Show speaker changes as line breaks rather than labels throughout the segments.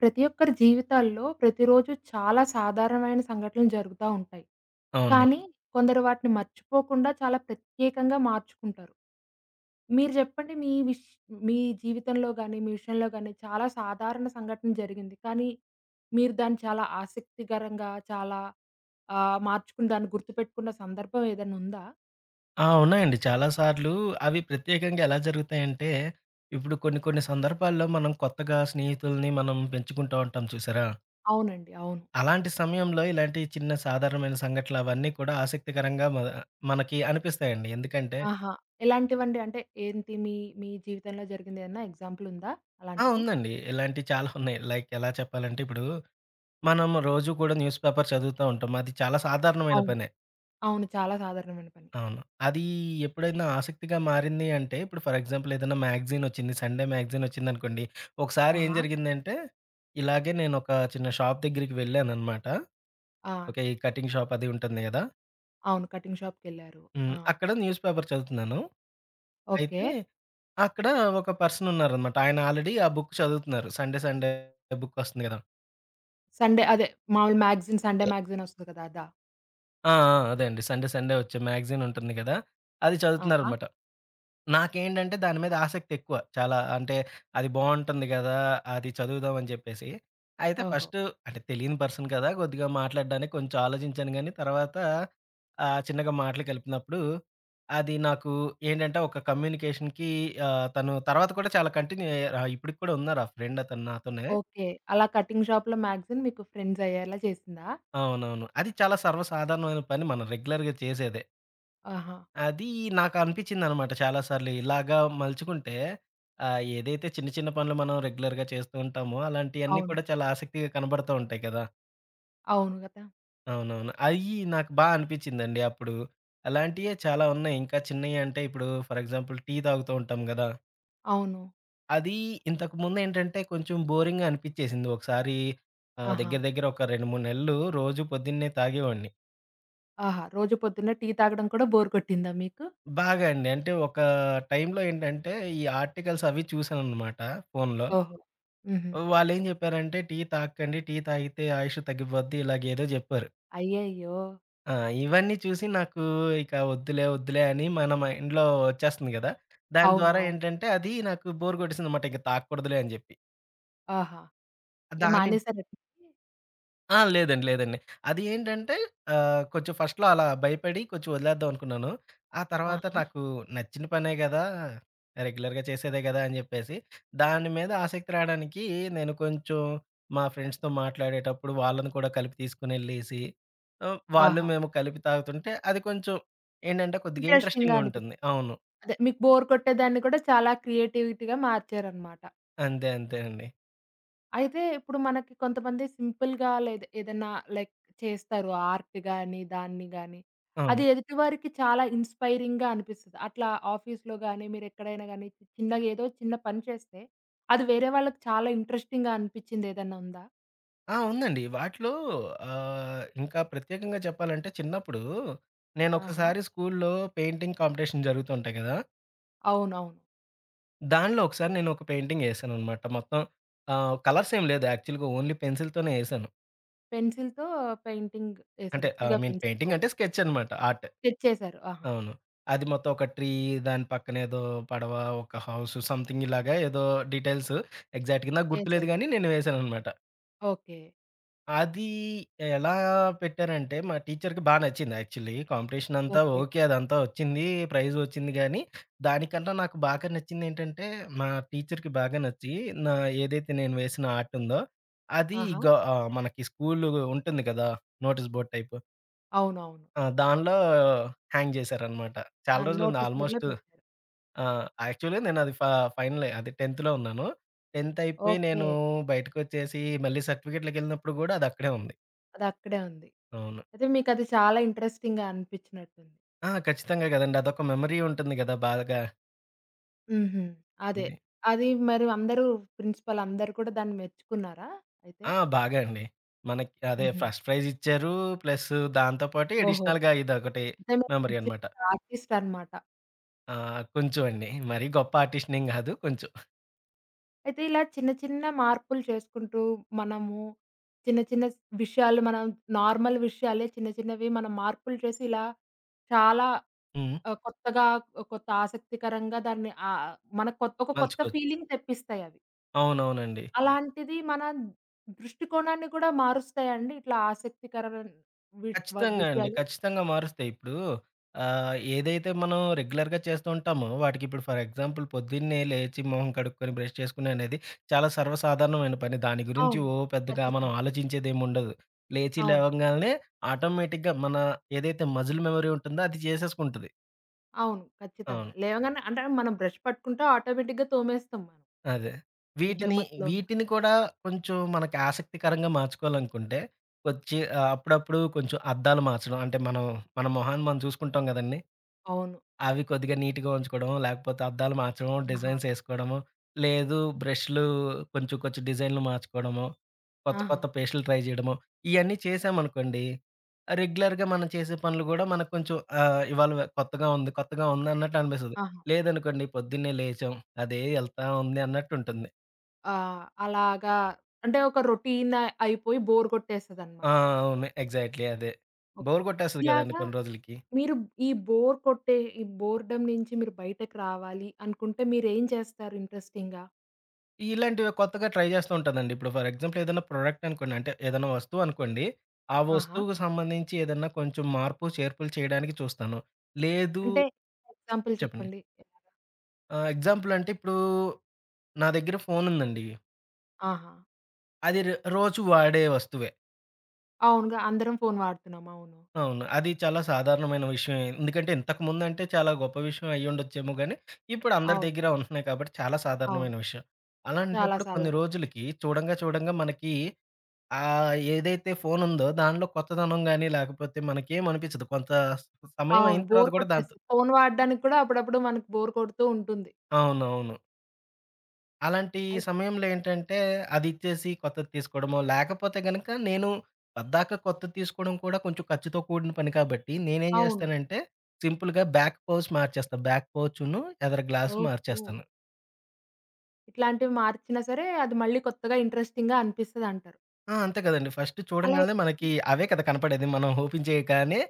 ప్రతి ఒక్కరి జీవితాల్లో ప్రతిరోజు చాలా సాధారణమైన సంఘటనలు జరుగుతా ఉంటాయి. కానీ
అవునవును.
కొందరు వాటిని మర్చిపోకుండా చాలా ప్రత్యేకంగా మార్చుకుంటారు. మీరు చెప్పండి మీ జీవితంలో గాని, మీ విషయంలో గాని చాలా సాధారణ సంఘటన జరిగింది. కానీ మీరు దాన్ని చాలా ఆసక్తికరంగా చాలా మార్చుకుని దాన్ని గుర్తుపెట్టుకున్న సందర్భం ఏదైనా ఉందా?
ఆ! ఉన్నాయండి. చాలా సార్లు అవి ప్రత్యేకంగా ఎలా జరుగుతాయంటే, ఇప్పుడు కొన్ని కొన్ని సందర్భాల్లో మనం కొత్తగా స్నేహితుల్ని మనం పెంచుకుంటూ ఉంటాం చూసారా?
అవునండి. అవును.
అలాంటి సమయంలో ఇలాంటి చిన్న సాధారణమైన సంఘటనలు అవన్నీ కూడా ఆసక్తికరంగా మనకి అనిపిస్తాయండి. ఎందుకంటే
ఆహా! ఎలాంటివండి? అంటే ఏంటి మీ మీ జీవితంలో జరిగింది ఏదన్నా ఎగ్జాంపుల్ ఉందా
ఆ!
అలాంటిది?
ఉందండి. ఇలాంటివి చాలా ఉన్నాయి. లైక్ ఎలా చెప్పాలంటే ఇప్పుడు మనం రోజు కూడా న్యూస్ పేపర్ చదువుతా ఉంటాం. అది చాలా సాధారణమైన
అవును.
పనే.
అవును. చాలా సాధారణమైన పని.
అవును. అది ఎప్పుడైనా ఆసక్తిగా మారింది అంటే, ఇప్పుడు ఫర్ ఎగ్జాంపుల్ ఏదైనా మ్యాగజైన్ వచ్చింది. సండే మ్యాగజైన్ వచ్చిందనుకోండి. ఒకసారి ఏం
ఆహా!
జరిగిందంటే, ఇలాగే నేనొక చిన్న షాప్ దగ్గరికి వెళ్ళాననమాట.
ఆ!
ఓకే. ఈ కటింగ్ షాప్ అది ఉంటుంది గదా!
అవును. కటింగ్ షాప్‌కెళ్లారు.
హ్మ్.
ఆ!
అక్కడ న్యూస్ పేపర్ చదువుతున్నాను.
ఓకే.
అయితే అక్కడ ఒక పర్సన్ ఉన్నారనమాట. ఆయన ఆల్రెడీ ఆ బుక్ చదువుతున్నారు. సండే సండే బుక్ వస్తుంది గదా!
సండే అదే మామూలు మ్యాగజైన్ సండే
ఆ!
మ్యాగజైన్ వస్తది కదా! అదా?
ఆ! అదే అండి. సండే సండే వచ్చే మ్యాగజైన్ ఉంటుంది గదా! అది
ఆహా!
చదువుతున్నారనమాట. నాకేంటంటే దాని మీద ఆసక్తి ఎక్కువ. చాలా అంటే అది బావుంటుంది గదా! అది చదువుదాం అని చెప్పేసి. అయితే
ఓహో!
ఫస్టు అంటే తెలియని పర్సన్ కదా! కొద్దిగా మాట్లాడడానికి కొంచెం ఆలోచించాను గానీ తర్వాత చిన్నగా మాటలు కలిపినప్పుడు అది నాకు ఏంటంటే ఒక కమ్యూనికేషన్‌కి తను తర్వాత కూడా చాలా కంటిన్యూ అయ్యారు. ఇప్పటికి కూడా ఉన్నారు ఆ ఫ్రెండ్ అతను నాతోనే.
ఓకే. అలా కటింగ్ షాప్‌లో మ్యాగజైన్ మీకు ఫ్రెండ్స్ అయ్యేలా చేసిందా?
అవునవును. అది చాలా సర్వసాధారణమైన పని. మనం రెగ్యులర్‌గా చేసేదే.
ఆహా!
అది నాకనిపించిందనమాట చాలా సార్లు. ఇలాగా మలుచుకుంటే ఏదైతే చిన్న చిన్న పనులు మనం రెగ్యులర్‌గా చేస్తూ ఉంటామో, అలాంటియన్నీ
అవును.
కూడా చాలా ఆసక్తిగా కనబడతా ఉంటాయి కదా!
అవును కదా!
అవునవును. అయ్యి నాకు బా అనిపించిందండి అప్పుడు. అలాంటియే చాలా ఉన్నాయి. ఇంకా చిన్నయంటే ఇప్పుడు ఫర్ ఎగ్జాంపుల్ టీ తాగుతూ ఉంటాం గదా!
అవును.
అది ఇంతకుముందేంటంటే కొంచెం బోరింగ్‌గా అనిపిచ్చేసింది. ఒకసారి
ఆహా!
దగ్గర దగ్గర ఒక 2, 3 నెలలు రోజు పొద్దున్నే తాగేవాడిని.
ఆహా! రోజు పొద్దున్నే టీ తాగడం కూడా బోర్ కొట్టిందా మీకు?
బాగా అండి. అంటే ఒక టైంలో ఏంటంటే, ఈ ఆర్టికల్స్ అవి చూశాననమాట ఫోనులో.
ఓహో! హుహు.
వాళ్ళేం జెప్పారంటే, "టీ తాగకండి. టీ తాగితే ఆయుష్ తగ్గిపోద్ది" ఇలాగేదో జెప్పారు.
అయ్యయ్యో!
ఆ! ఇవన్నీ చూసి నాకు ఇక వద్దులే, వద్దులే అని మన మైండ్‌లో వచ్చేస్తుంది గదా! దాని ద్వారా
అవునవును.
ఏంటంటే, అది నాకు బోర్ గొట్టేసిందనమాట. ఇంక తాగకూడదులే అని జెప్పి.
ఆహా! అయితే
దాని
మానేసారా టీ?
ఆ! లేదండి. లేదండి. అది ఏంటంటే కొంచెం ఫస్ట్‌లో అలా భయపడి కొంచెం వదిలేద్దాం అనుకున్నాను. ఆ తర్వాత
ఆహా!
నాకు నచ్చిన పనే గదా! రెగ్యులర్‌గా చేసేదే గదా! అని జెప్పేసి దాని మీద ఆసక్తి రాడానికి నేను కొంచెం మా ఫ్రెండ్స్‌తో మాట్లాడేటప్పుడు వాళ్ళని కూడా కలిపి తీసుకొనెళ్ళేసి వాళ్ళు
ఆహా!
మేము కలిపి తాగుతుంటే అది కొంచెం ఏంటంటే కొద్దిగా
ఇంట్రెస్టింగ్‌గా
ఇంట్రెస్టింగ్‌గా ఉంటుంది.
అనిపిచ్చింది.
అవును.
అదే మీకు బోర్ కొట్టేదాన్ని కూడా చాలా క్రియేటివిటీగా మార్చారనమాట.
అంతే. అంతే అండి.
అయితే ఇప్పుడు మనకి కొంతమంది సింపుల్‌గా లేద ఏదన్నా లైక్ చేస్తారు. ఆర్ట్ గాని, దాన్ని గాని. అది
అవును.
ఎదుటి వారికి చాలా ఇన్‌స్పైరింగ్‌గా అనిపిస్తది. అట్లా ఆఫీస్‌లో గాని, మీరెక్కడైనా గాని చిన్నగా ఏదో చిన్న పని చేస్తే, అది వేరే వాళ్ళకి చాలా ఇంట్రెస్టింగ్‌గా అనిపిచ్చింది ఏదన్నా ఉందా?
ఆ! ఉందండి. వాటిలో ఇంకా ప్రత్యేకంగా చెప్పాలంటే చిన్నప్పుడు
ఆహా!
నేనొకసారి స్కూల్లో పెయింటింగ్ కాంపిటీషన్ జరుగుతూ ఉంటాయి కదా!
అవునవును.
దానిలో ఒకసారి నేను ఒక పెయింటింగ్ ఏసాననమాట. మొత్తం కలర్స్ ఏం లేదు యాక్చువల్‌గా ఓన్లీ పెన్సిల్‌తోనే ఏసాను.
పెన్సిల్‌తో పెయింటింగ్ ఏసారు.
అంటే ఐ
ఉత్తిగా
మీన్
పెన్సిల్‌తో.
పెయింటింగ్ అంటే
ఓకే.
స్కెచ్ అనమాట ఆర్ట్.
స్కెచ్ ఏసారు. ఆహా!
అవును. అది మొత్తం ఒక ట్రీ దాని పక్కన ఏదో పడవ, ఒక హౌస్ సంథింగ్ ఇలాగా ఏదో డీటెయిల్స్ ఎగ్జాక్ట్‌గా నాకు గుర్తులేదు
ఏసారు.
గానీ నేను వేసాననమాట.
ఓకే.
అది ఎలా పెట్టారంటే, మా టీచర్‌కి బా నచ్చింది యాక్చువల్లీ. కాంపిటీషన్ అంతా
ఓకే.
ఓకే. అదంతా వచ్చింది. ప్రైజ్ వచ్చింది గానీ, దానికన్నా నాకు బాగా నచ్చిందేంటంటే, మా టీచర్‌కి బాగా నచ్చి, నా ఏదైతే నేను వేసిన ఆర్ట్ ఉందో, అది
ఆహా!
గ మనకి స్కూలు ఉంటుంది కదా! Notice board type.
అవునవును.
ఆ! దానిలో హ్యాంగ్ చేశారనమాట. చాలా
దాని
రోజులుంది
నోటీస్ బోర్డ్‌లో
ఆల్మోస్ట్
పెట్టారు.
ఆ! యాక్చువల్లీ నేనది ఫైనలే అది 10థ్‌లో ఉన్నాను. 10థ్ అయిపోయి
ఓకే.
నేను బయటకొచ్చేసి, మళ్ళీ సర్టిఫికేట్‌లకెళ్ళినప్పుడు గూడా అది అక్కడే ఉంది.
అదక్కడే ఉంది.
అవును.
అయితే మీకది చాలా ఇంట్రెస్టింగ్‌గా అనిపించినట్టుంది.
ఆ! ఖచ్చితంగా గదండీ. అదొక మెమరీ ఉంటుంది గదా! బాగా.
హుహు. అదే.
అది
అది మరి అందరూ ప్రిన్సిపల్ అందరూ కూడా దాన్ని మెచ్చుకున్నారా అయితే?
ఆ! బాగా అండి. మనకి అదే
హుహు.
ఫస్ట్ ప్రైజ్ ఇచ్చారు. ప్లస్ దాంతో పాటు
ఓహో!
అడిషనల్‌గా ఇదొకటి
అంటే మీరు
మెమరీ
మంచి
అనమాట.
ఆర్టిస్ట్ అన్నమాట.
ఆ! కొంచెం అండి. మరీ గొప్ప ఆర్టిస్ట్‌నేం గాదు కొంచెం.
అయితే ఇలా చిన్న చిన్న మార్పులు చేసుకుంటూ మనము చిన్న చిన్న స్ విషయాలు మనం నార్మల్ విషయాలే చిన్న చిన్నవి మనం మార్పులు చేసి ఇలా చాలా
హ్మ్.
కొత్తగా కొత్త ఆసక్తికరంగా దాన్ని మన కొత్ ఒక కొత్త
మలుచుకోవచ్చు.
ఫీలింగ్ తెప్పిస్తాయవి. అవును.
అవునవునండి.
అలాంటిది మన దృష్టికోణాన్ని కూడా మారుస్తాయండి ఇట్లా ఆసక్తికరమైన వి వ
ఖచ్చితంగా అండి.
విషయాలు.
ఖచ్చితంగా మారుస్తాయి. ఇప్పుడు ఏదైతే మనం రెగ్యులర్‌గా చేస్తూ ఉంటామో, వాటికి ఇప్పుడు ఫర్ ఎగ్జాంపుల్ పొద్దున్నే లేచి మొహం కడుక్కొని బ్రష్ చేసుకుని అనేది చాలా సర్వసాధారణమైన పని. దాని గురించి
అవును.
ఓ పెద్దగా మనం
ఖచ్చితంగా.
ఆలోచించేదేముండదు. లేచి
అవును.
లేవంగాల్నే ఆటోమేటిక్‌గా మన ఏదైతే మజిల్ మెమరీ ఉంటుందో అది చేసేసుకుంటది.
అవును. ఖచ్చితంగా.
అవును.
లేవగానే అంటే మనం బ్రష్ పట్టుకుంటే ఆటోమేటిక్‌గా తోమేస్తాం మనం.
అదే.
నిద్ర
వీటిని,
మత్తులో ఉన్న.
వీటిని కూడా కొంచెం మనకి ఆసక్తికరంగా మార్చుకోవాలనుకుంటే, వచ్చి అప్పుడప్పుడు కొంచెం అద్దాలు మార్చడం. అంటే మనం మన మొహాన్ని మనం చూసుకుంటాం గదండీ!
అవును.
అవి కొద్దిగా నీట్‌గా ఉంచుకోవడం, లేకపోతే అద్దాలు మార్చడం,
ఆహా!
డిజైన్స్ ఏసుకోవడము, లేదు బ్రష్‌లు కొంచెం కొంచెం డిజైన్‌లు మార్చుకోవడము, కొత్త
ఆహా!
కొత్త పేస్టులు ట్రై చేయడము, ఇయన్నీ చేశామనుకోండి, రెగ్యులర్‌గా మనం చేసే పనులు గూడా మనకు కొంచెం ఇవాళ కొత్తగా ఉంది, కొత్తగా ఉంది అన్నట్టు అనిపిస్తది.
ఆహా!
లేదనుకోండి పొద్దున్నే లేచాం, అదే ఎళ్తా ఉంది అన్నట్టుంటుంది.
ఆ! అలాగా అంటే ఒక రొటీన్ అయిపోయి బోర్
ఆ!
కొట్టేస్తదనమాట.
అవును. ఎగ్జాక్ట్‌లీ అదే.
ఓకే.
బోర్ కొట్టేస్తది గదండీ
ఇలాగా
కొన్ని రోజులకి.
మీరు ఈ బోర్ కొట్టే ఈ బోర్‌డమ్ నుంచి మీరు బయటకి రావాలి అనుకుంటే మీరేం చేస్తారు ఇంట్రెస్టింగ్‌గా?
ఇలాంటివి కొత్తగా ట్రై చేస్తూ ఉంటానండి. ఇప్పుడు ఫర్ ఎగ్జాంపుల్ ఏదైనా ప్రొడక్ట్ అనుకోండి, అంటే ఏదైనా వస్తువు అనుకోండి, ఆ
ఆహా!
వస్తువుకు సంబంధించి ఏదన్నా కొంచెం మార్పు, చేర్పులు చేయడానికి చూస్తాను. లేదు
అంటే ఎగ్జాంపుల్
చెప్పండి.
చెప్పండి.
ఎగ్జాంపుల్ అంటే ఇప్పుడు నా దగ్గర ఫోనుందండి.
ఆహా!
అది రోజు వాడే వస్తువే.
అవునుగా అందరం ఫోను వాడుతున్నాం. అవును.
అవును. అది చాలా సాధారణమైన విషయమే. ఎందుకంటే ఇంతకుముందంటే చాలా గొప్ప విషయం అయ్యుండొచ్చేమో గానీ, ఇప్పుడు అందరి
అవును.
దగ్గర ఉంటున్నాయి కాబట్టి చాలా
అవును.
సాధారణమైన విషయం.
చాలా
అలాంటప్పుడు కొన్ని
సాధారణమైన విషయం.
రోజులకి చూడంగా, చూడంగా మనకి ఏదైతే ఫోనుందో దానిలో కొత్తదనం గాని, లేకపోతే మనకేమనిపించదు. కొంత సమయం
అవును.
అయిన తర్వాత
బోర్
గూడా దాంతో
కొట్టేసి ఫోను వాడడానికి కూడా అప్పుడప్పుడు మనకు బోర్ కొడుతూ ఉంటుంది.
అవునవును. అలాంటి
అయి
సమయంలో ఏంటంటే, అదిచ్చేసి కొత్తది తీసుకోవడమో, లేకపోతే గనక నేను పద్దాక కొత్తది తీసుకోవడం కూడా కొంచెం ఖర్చుతో కూడిన పని కాబట్టి, నేనేం
అవును.
జేస్తానంటే, సింపుల్‌గా బ్యాక్ పౌచ్ మార్చేస్తా. బ్యాక్ పౌచును ఎదర గ్లాస్
ఓహో!
మార్చేస్తాను.
ఇట్లాంటివి మార్చినా సరే అది మళ్ళీ కొత్తగా ఇంట్రెస్టింగ్‌గా అనిపిస్తదంటారు.
ఆ! అంతే కదండీ. ఫస్ట్
అలా
చూడంగానే మనకి అవే కదా కనపడేది. మనం ఓపెన్ చేయగానే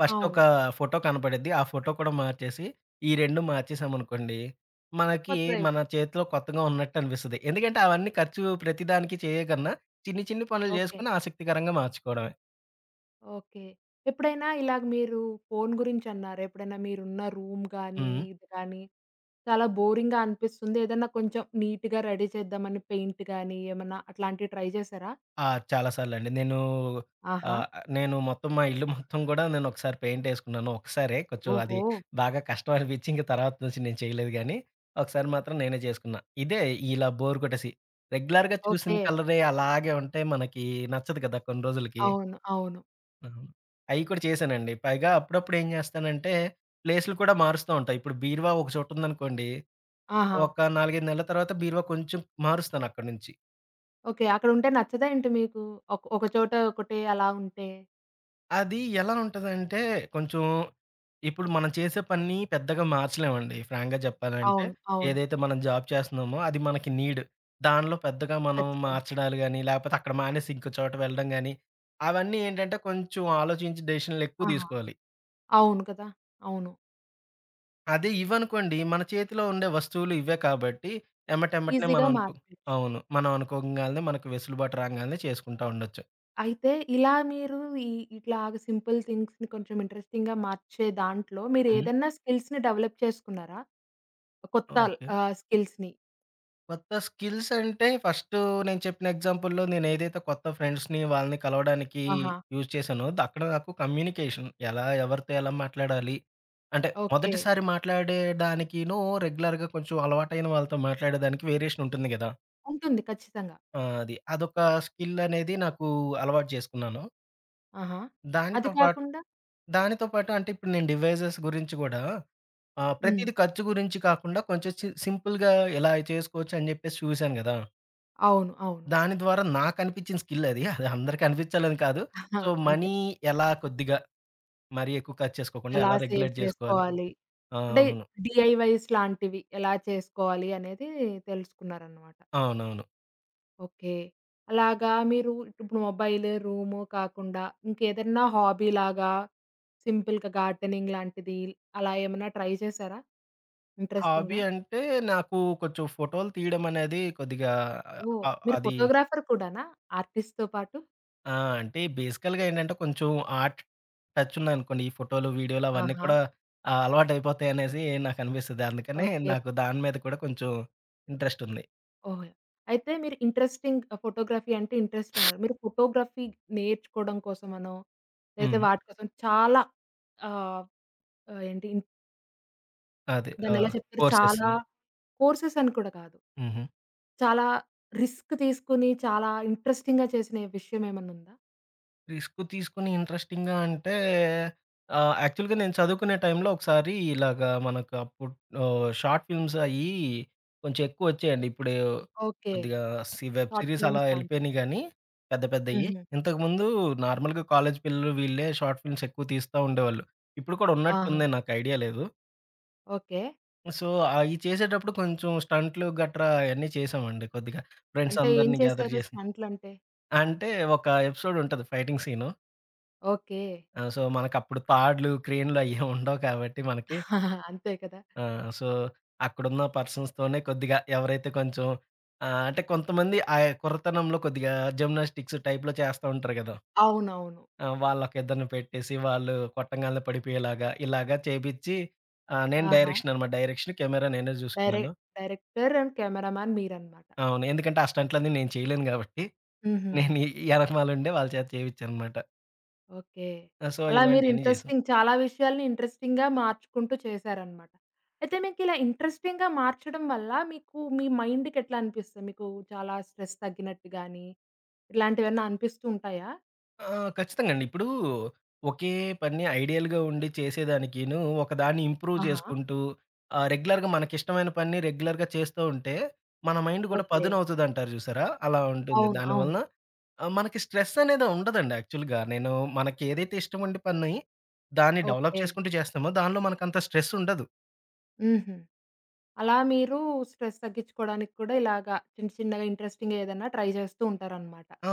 ఫస్ట్ ఒక
అవును.
ఫోటో కనపడిద్ది. ఆ ఫోటో కూడా మార్చేసి, ఈ 2 మార్చేసామనుకోండి, మనకి మన
కొత్తదయిపోతుంది.
చేతిలో కొత్తగా ఉన్నట్టు అనిపిస్తది. ఎందుకంటే అవన్నీ ఖర్చు ప్రతిదానికి చేయకన్నా చిన్ని చిన్ని పనులు
ఓకే.
జేసుకొని ఆసక్తికరంగా మార్చుకోవడమే.
ఓకే. ఎప్పుడైనా ఇలాగ మీరు ఫోను గురించన్నారు. ఎప్పుడైనా మీరున్న రూమ్ గానీ,
హ్మ్.
ఇది గానీ చాలా బోరింగ్‌గా అనిపిస్తుంది. ఏదన్నా కొంచెం నీట్‌గా రెడీ చేద్దామని పెయింట్ గానీ, ఏమన్నా అట్లాంటివి ట్రై చేశారా?
ఆ! చాలా సార్లండి. నేను
ఆహా!
ఆహ్, నేను మొత్తం మా ఇల్లు మొత్తం గూడా నేనొకసారి పెయింటేసుకున్నాను. ఒక్కసారే కొంచెం అది
ఓహో!
బాగా కష్టం అనిపిచ్చి ఇంక తర్వాత నుంచి నేను చేయలేదు గానీ, ఒకసారి మాత్రం నేనే చేసుకున్నా. ఇదే ఇలా బోర్ కొట్టేసి. రెగ్యులర్‌గా చూసిన
ఓకే.
కలరే అలాగే ఉంటే మనకి నచ్చదు కదా! కొన్ని రోజులకి.
అవును. అవును.
అవును. అయి కూడా చేశానండి. పైగా అప్పుడప్పుడు ఏం చేస్తానంటే, ప్లేసులు కూడా మారుస్తూ ఉంటా. ఇప్పుడు బీరువా ఒక చోటుందనుకోండి,
ఆహా!
ఒక 4, 5 నెలల తర్వాత బీరువా కొంచెం మారుస్తానక్కడి నుంచి.
ఓకే. అక్కడుంటే నచ్చదా ఏంటి మీకు? ఒక ఒక చోట ఒకటే అలా ఉంటే?
అది ఎలా ఉంటదంటే, కొంచెం ఇప్పుడు మనం చేసే పని పెద్దగా మార్చలేమండి. ఫ్రాంక్‌గా చెప్పాలంటే,
అవును. అవును.
ఏదైతే మనం జాబ్ చేస్తున్నామో అది మనకి నీడ్. దానిలో పెద్దగా మనం
ఖచ్చితంగా.
మార్చడాలు గాని, లేపోతే అక్కడ మానేసి ఇంకో చోట వెళ్ళడం గాని, అవన్నీ ఏంటంటే కొంచెం ఆలోచించి డెసిషన్‌లు ఎక్కువ
ఆహా!
తీసుకోవాలి.
అవును కదా! అవును.
అదే ఇవనుకోండి మన చేతిలో ఉండే వస్తువులు ఇవే కాబట్టి ఎమ్మటెమ్మటనే
ఈజీగా
మనం అనుకో
మార్చేయొచ్చు.
అవును. మనం అనుకోంగాల్నే మనకు వెసులుబాటు రాంగాల్నే చేసుకుంటా ఉండొచ్చు.
అయితే ఇలా మీరు ఈ ఇట్లాగ సింపుల్ థింగ్స్‌ని కొంచెం ఇంట్రెస్టింగ్‌గా మార్చే దాంట్లో
హ్మ్.
మీరేదన్నా స్కిల్స్‌ని డెవలప్ చేసుకున్నారా? కొత్త
ఓకే.
స్కిల్స్‌ని.
కొత్త స్కిల్స్ అంటే ఫస్టు నేను చెప్పిన ఎగ్జాంపుల్‌లో నేనేదైతే కొత్త ఫ్రెండ్స్‌ని వాళ్ళని కలవడానికి
ఆహా!
యూజ్ చేశానో ద అక్కడ నాకు కమ్యూనికేషన్ ఎలా ఎవరితో ఎలా మాట్లాడాలి? అంటే
ఓకే.
మొదటిసారి మాట్లాడేడానికిను రెగ్యులర్‌గా కొంచెం అలవాటైన వాళ్ళతో మాట్లాడేదానికి వేరియేషన్ ఉంటుంది గదా!
ఉంటుంది ఖచ్చితంగా.
ఆ! అది. అదొక స్కిల్ అనేది నాకు అలవాటు చేసుకున్నాను.
ఆహా! అది
దానితో పాటు
కాకుండా
దానితో పాటు అంటే ఇప్పుడు నేను డివైజెస్ గురించి గూడా
హ్మ్.
ప్రతీది ఖర్చు గురించి కాకుండా కొంచెం సింపుల్‌గా ఇలా చేసుకోవచ్చు అని జెప్పేసి చూశాను గదా!
అవును. అవును.
దాని ద్వారా నాకనిపిచ్చిన స్కిల్లది. అది అందరికి అనిపిచ్చాలని కాదు.
ఆహా!
సో,
అంతే.
మనీ ఎలా కొద్దిగా మరీ ఎక్కువ ఖర్చు చేసుకోకుండా
ఎలా
ఎలా
సేవ్
రెగ్యులేట్ జేసుకోవాలి.
చేసుకోవాలి?
ఆ!
అంటే
అవును.
డీఐవైస్ లాంటివి ఎలా చేసుకోవాలి అనేది తెలుసుకున్నారనమాట.
అవునవును.
ఓకే. అలాగా మీరు ఇప్పుడు మొబైల్, రూము కాకుండా ఇంకేదన్నా హాబీలాగా సింపుల్‌గా గార్డెనింగ్ లాంటిది అలా ఏమన్నా ట్రై చేసారా?
హాబీ
ఇంట్రెస్టింగ్‌గా?
అంటే నాకు కొంచెం ఫోటోలు తీయడం అనేది కొద్దిగా
ఓహ్!
అ
మీరు
అది
ఫోటోగ్రాఫర్ కూడానా? ఆర్టిస్ట్‌తో పాటు?
ఆ! అంటే బేసికల్‌గా ఏంటంటే కొంచెం ఆర్ట్ టచ్ ఉందనుకోండి. ఈ ఫోటోలు, వీడియోలు అవన్నీ
ఆహా!
కూడా అలవాటయిపోతాయనేసి నాకనిపిస్తది. అందుకనే
ఓకే.
నాకు దాని మీద కూడా కొంచెం ఇంట్రెస్ట్ ఉంది.
ఓహ్! అయితే మీరు ఇంట్రెస్టింగ్ ఫోటోగ్రఫీ అంటే ఇంట్రెస్ట్ అన్నారు. మీరు ఫోటోగ్రఫీ నేర్చుకోవడం కోసమనో, లేతే
హ్మ్.
వాటి కోసం చాలా ఆహ్, ఏంటి
అదే. ఆ!
దాన్నెలా చెప్తారు?
కోర్సెస్.
చాలా కోర్సెస్ అని కూడా కాదు.
హుహు.
చాలా రిస్క్ తీసుకొని చాలా ఇంట్రెస్టింగ్‌గా చేసిన విషయం ఏమన్నా ఉందా?
రిస్క్ తీసుకొని ఇంట్రెస్టింగ్‌గా అంటే యాక్చువల్‌గా నేను చదువుకునే టైంలో ఒకసారి ఇలాగా మనకు అప్పుడు షార్ట్ ఫిల్మ్స్ అయ్యి కొంచెం ఎక్కువొచ్చాయండి. ఇప్పుడు
ఓకే.
కొద్దిగా వెబ్
షార్ట్
సిరీస్ అలా
ఫిల్మ్స్ లాంటివి.
ఎళ్ళిపోయినాయి గానీ పెద్ద పెద్దయి.
హుహు.
ఇంతకుముందు నార్మల్‌గా కాలేజ్ పిల్లలు వీళ్ళే షార్ట్ ఫిల్మ్స్ ఎక్కువ తీస్తా ఉండేవాళ్ళు. ఇప్పుడు కూడా
ఆహా!
ఉన్నట్టుంది నాకు ఐడియా లేదు.
ఓకే.
సో, అయి చేసేటప్పుడు కొంచెం స్టంట్లు గట్రా అయన్నీ చేసామండి కొద్దిగా. ఫ్రెండ్స్
అంటే ఏం
అందరిని గ్యాదర్
చేశారు
చేసి.
స్టంట్లంటే?
అంటే ఒక ఎపిసోడ్ ఉంటది ఫైటింగ్ సీను.
ఓకే.
ఆ! సో, మనకప్పుడు తాడ్లు, క్రేన్‌లు అయ్యేం ఉండవు కాబట్టి మనకి
అంతే కదా!
ఆ! సో, అక్కడున్న పర్సన్స్‌తోనే కొద్దిగా ఎవరైతే కొంచెం అంటే కొంతమంది ఆ కుర్రతనంలో కొద్దిగా జిమ్నాస్టిక్స్ టైప్‌లో చేస్తా ఉంటారు గదా!
అవునవును.
ఆ! వాళ్ళకిద్దరిని పెట్టేసి వాళ్ళు కొట్టంగాల్నే పడిపోయేలాగా, ఇలాగా చేపిచ్చి నేను
ఆహా!
డైరెక్షన్ అనమాట. డైరెక్షన్, కెమెరా నేనే
డైరె
జూసుకున్నాను.
డైరెక్టర్ అండ్ కెమెరామాన్ మీరన్నమాట.
అవును. ఎందుకంటే ఆ స్టంట్‌లన్నీ నేను చేయలేను గాబట్టి,
హుహు.
నేను ఎనకమాలుండే వాళ్ళ చేత చేపిచ్చాననమాట.
ఓకే.
ఆ! సో,
అలా మీరు
ఇలాంటియన్నీ చేశాను.
ఇంట్రెస్టింగ్ చాలా విషయాల్ని ఇంట్రెస్టింగ్‌గా మార్చుకుంటూ చేశారన్నమాట. అయితే మీకిలా ఇంట్రెస్టింగ్‌గా మార్చడం వల్ల మీకు మీ మైండ్‌కి ఎట్లా అనిపిస్తుంది? మీకు చాలా స్ట్రెస్ తగ్గినట్టు గాని, ఇట్లాంటివేమన్నా అనిపిస్తూ ఉంటాయా?
ఆ! ఖచ్చితంగా అండి. ఇప్పుడు ఒకే పని ఐడియల్‌గా ఉండి చేసేదానికిను, ఒకదాన్ని ఇంప్రూవ్
ఆహా!
చేసుకుంటూ రెగ్యులర్‌గా మనకిష్టమైన పనిని రెగ్యులర్‌గా చేస్తూ ఉంటే, మన మైండ్ కూడా
ఓకే.
పదునవుతదంటారు చూసారా? అలా ఉంటుంది.
అవును. అవును.
దానివలన మనకి స్ట్రెస్ అనేది ఉండదండి యాక్చువల్‌గా. నేను మనకి ఏదైతే ఇష్టం ఉండి పని దాన్ని డెవలప్
ఓకే.
చేసుకుంటూ చేస్తామో దానిలో మనకంత స్ట్రెస్ ఉండదు.
హుహు. అలా మీరు స్ట్రెస్ తగ్గించుకోవడానికి కూడా ఇలాగా చిన్న చిన్నగా ఇంట్రెస్టింగ్‌గా ఏదైనా ట్రై చేస్తూ ఉంటారనమాట.
ఆ!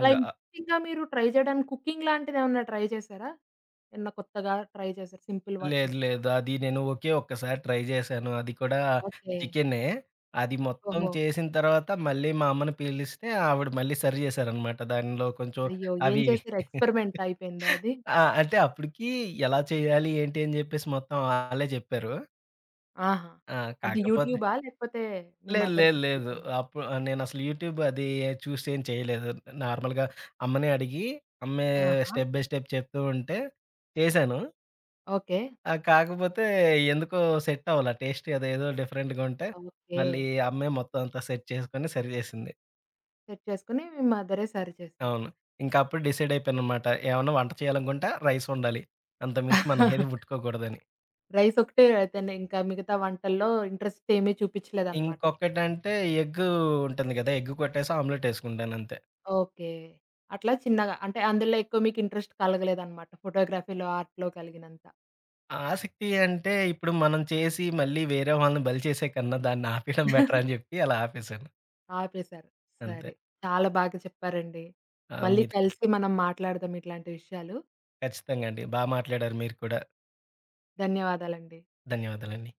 అలా ఇంట్రెస్టింగ్‌గా మీరు ట్రై చేయడానికి కుకింగ్ లాంటిదేమన్నా ట్రై చేశారా? ఏమన్నా కొత్తగా ట్రై చేశారా? సింపుల్ వ
లేదు. లేదు. అది నేను ఒకే ఒక్కసారి ట్రై చేశాను. అది కూడా
ఓకే.
చికెనే. అది మొత్తం
ఓహో!
చేసిన తర్వాత మళ్ళీ మా అమ్మని పిలిస్తే ఆవిడ మళ్ళీ సరి చేశారనమాట. దానిలో కొంచెం
అయ్యో!
అవి
ఏం
ఇవి.
చేశారు? ఎక్స్‌పెరిమెంట్ అయిపోయిందా అది?
ఆ! అంటే అప్పటికి ఎలా చేయాలి? ఏంటి? అని చెప్పేసి మొత్తం ఆళ్ళే చెప్పారు.
ఆహా!
ఆ!
అంటే
కాకపోతే
యూట్యూబా? లేకపోతే మీ
లేదు.
మదర్
లేదు. లేదు.
హెల్పేనా?
అప్పుడు నేనసలు యూట్యూబ్ అది చూసి ఏం చేయలేదు. నార్మల్‌గా అమ్మనే అడిగి, అమ్మే
ఆహా!
స్టెప్ బై స్టెప్ చెప్తూ ఉంటే చేశాను.
ఓకే.
ఆ! కాకపోతే ఎందుకో సెట్ అవ్వలా. టేస్ట్ అదేదో డిఫరెంట్‌గా ఉంటే,
ఓకే.
మళ్ళీ ఆ అమ్మాయి మొత్తం అంతా సెట్ చేసుకొని సరి చేసింది.
సెట్ చేసుకొని మీ మదరే సర్వ్ చేశారు.
అవును. ఇంకా అప్పుడు డిసైడ్ అయిపోయాననమాట. ఏమన్నా వంట చేయాలనుకుంటే రైస్ వండాలి. అంతకుమించి మనం ఏది ముట్టుకోకూడదని.
రైస్ ఒకటే అయితేనే ఇంకా మిగతా వంటల్లో ఇంట్రెస్ట్ ఏమీ చూపించలేదనమాట.
ఇంకొకటంటే ఎగ్ ఉంటుంది కదా! ఎగ్ కొట్టేసి ఆమ్లెట్ యేసుకుంటానంతే.
ఓకే. అట్లా చిన్నగా అంటే అందులో ఎక్కువ మీకు ఇంట్రెస్ట్ కలగలేదనమాట. ఫోటోగ్రఫీలో, ఆర్ట్‌లో కలిగినంత.
ఆసక్తి అంటే ఇప్పుడు మనం చేసి మళ్ళీ వేరే వాళ్ళని బలి చేసే కన్నా దాన్ని ఆపేయడం బెటర్ అని చెప్పి అలా ఆపేసాను.
ఆపేశారు.
అంతే.
సరే. చాలా బాగా చెప్పారండి.
ఆ!
మళ్ళీ
మీది
కలిసి మనం మాట్లాడదాం ఇట్లాంటి విషయాలు.
ఖచ్చితంగా అండి. బా మాట్లాడారు మీరు కూడా.
ధన్యవాదాలండి.
ధన్యవాదాలండి.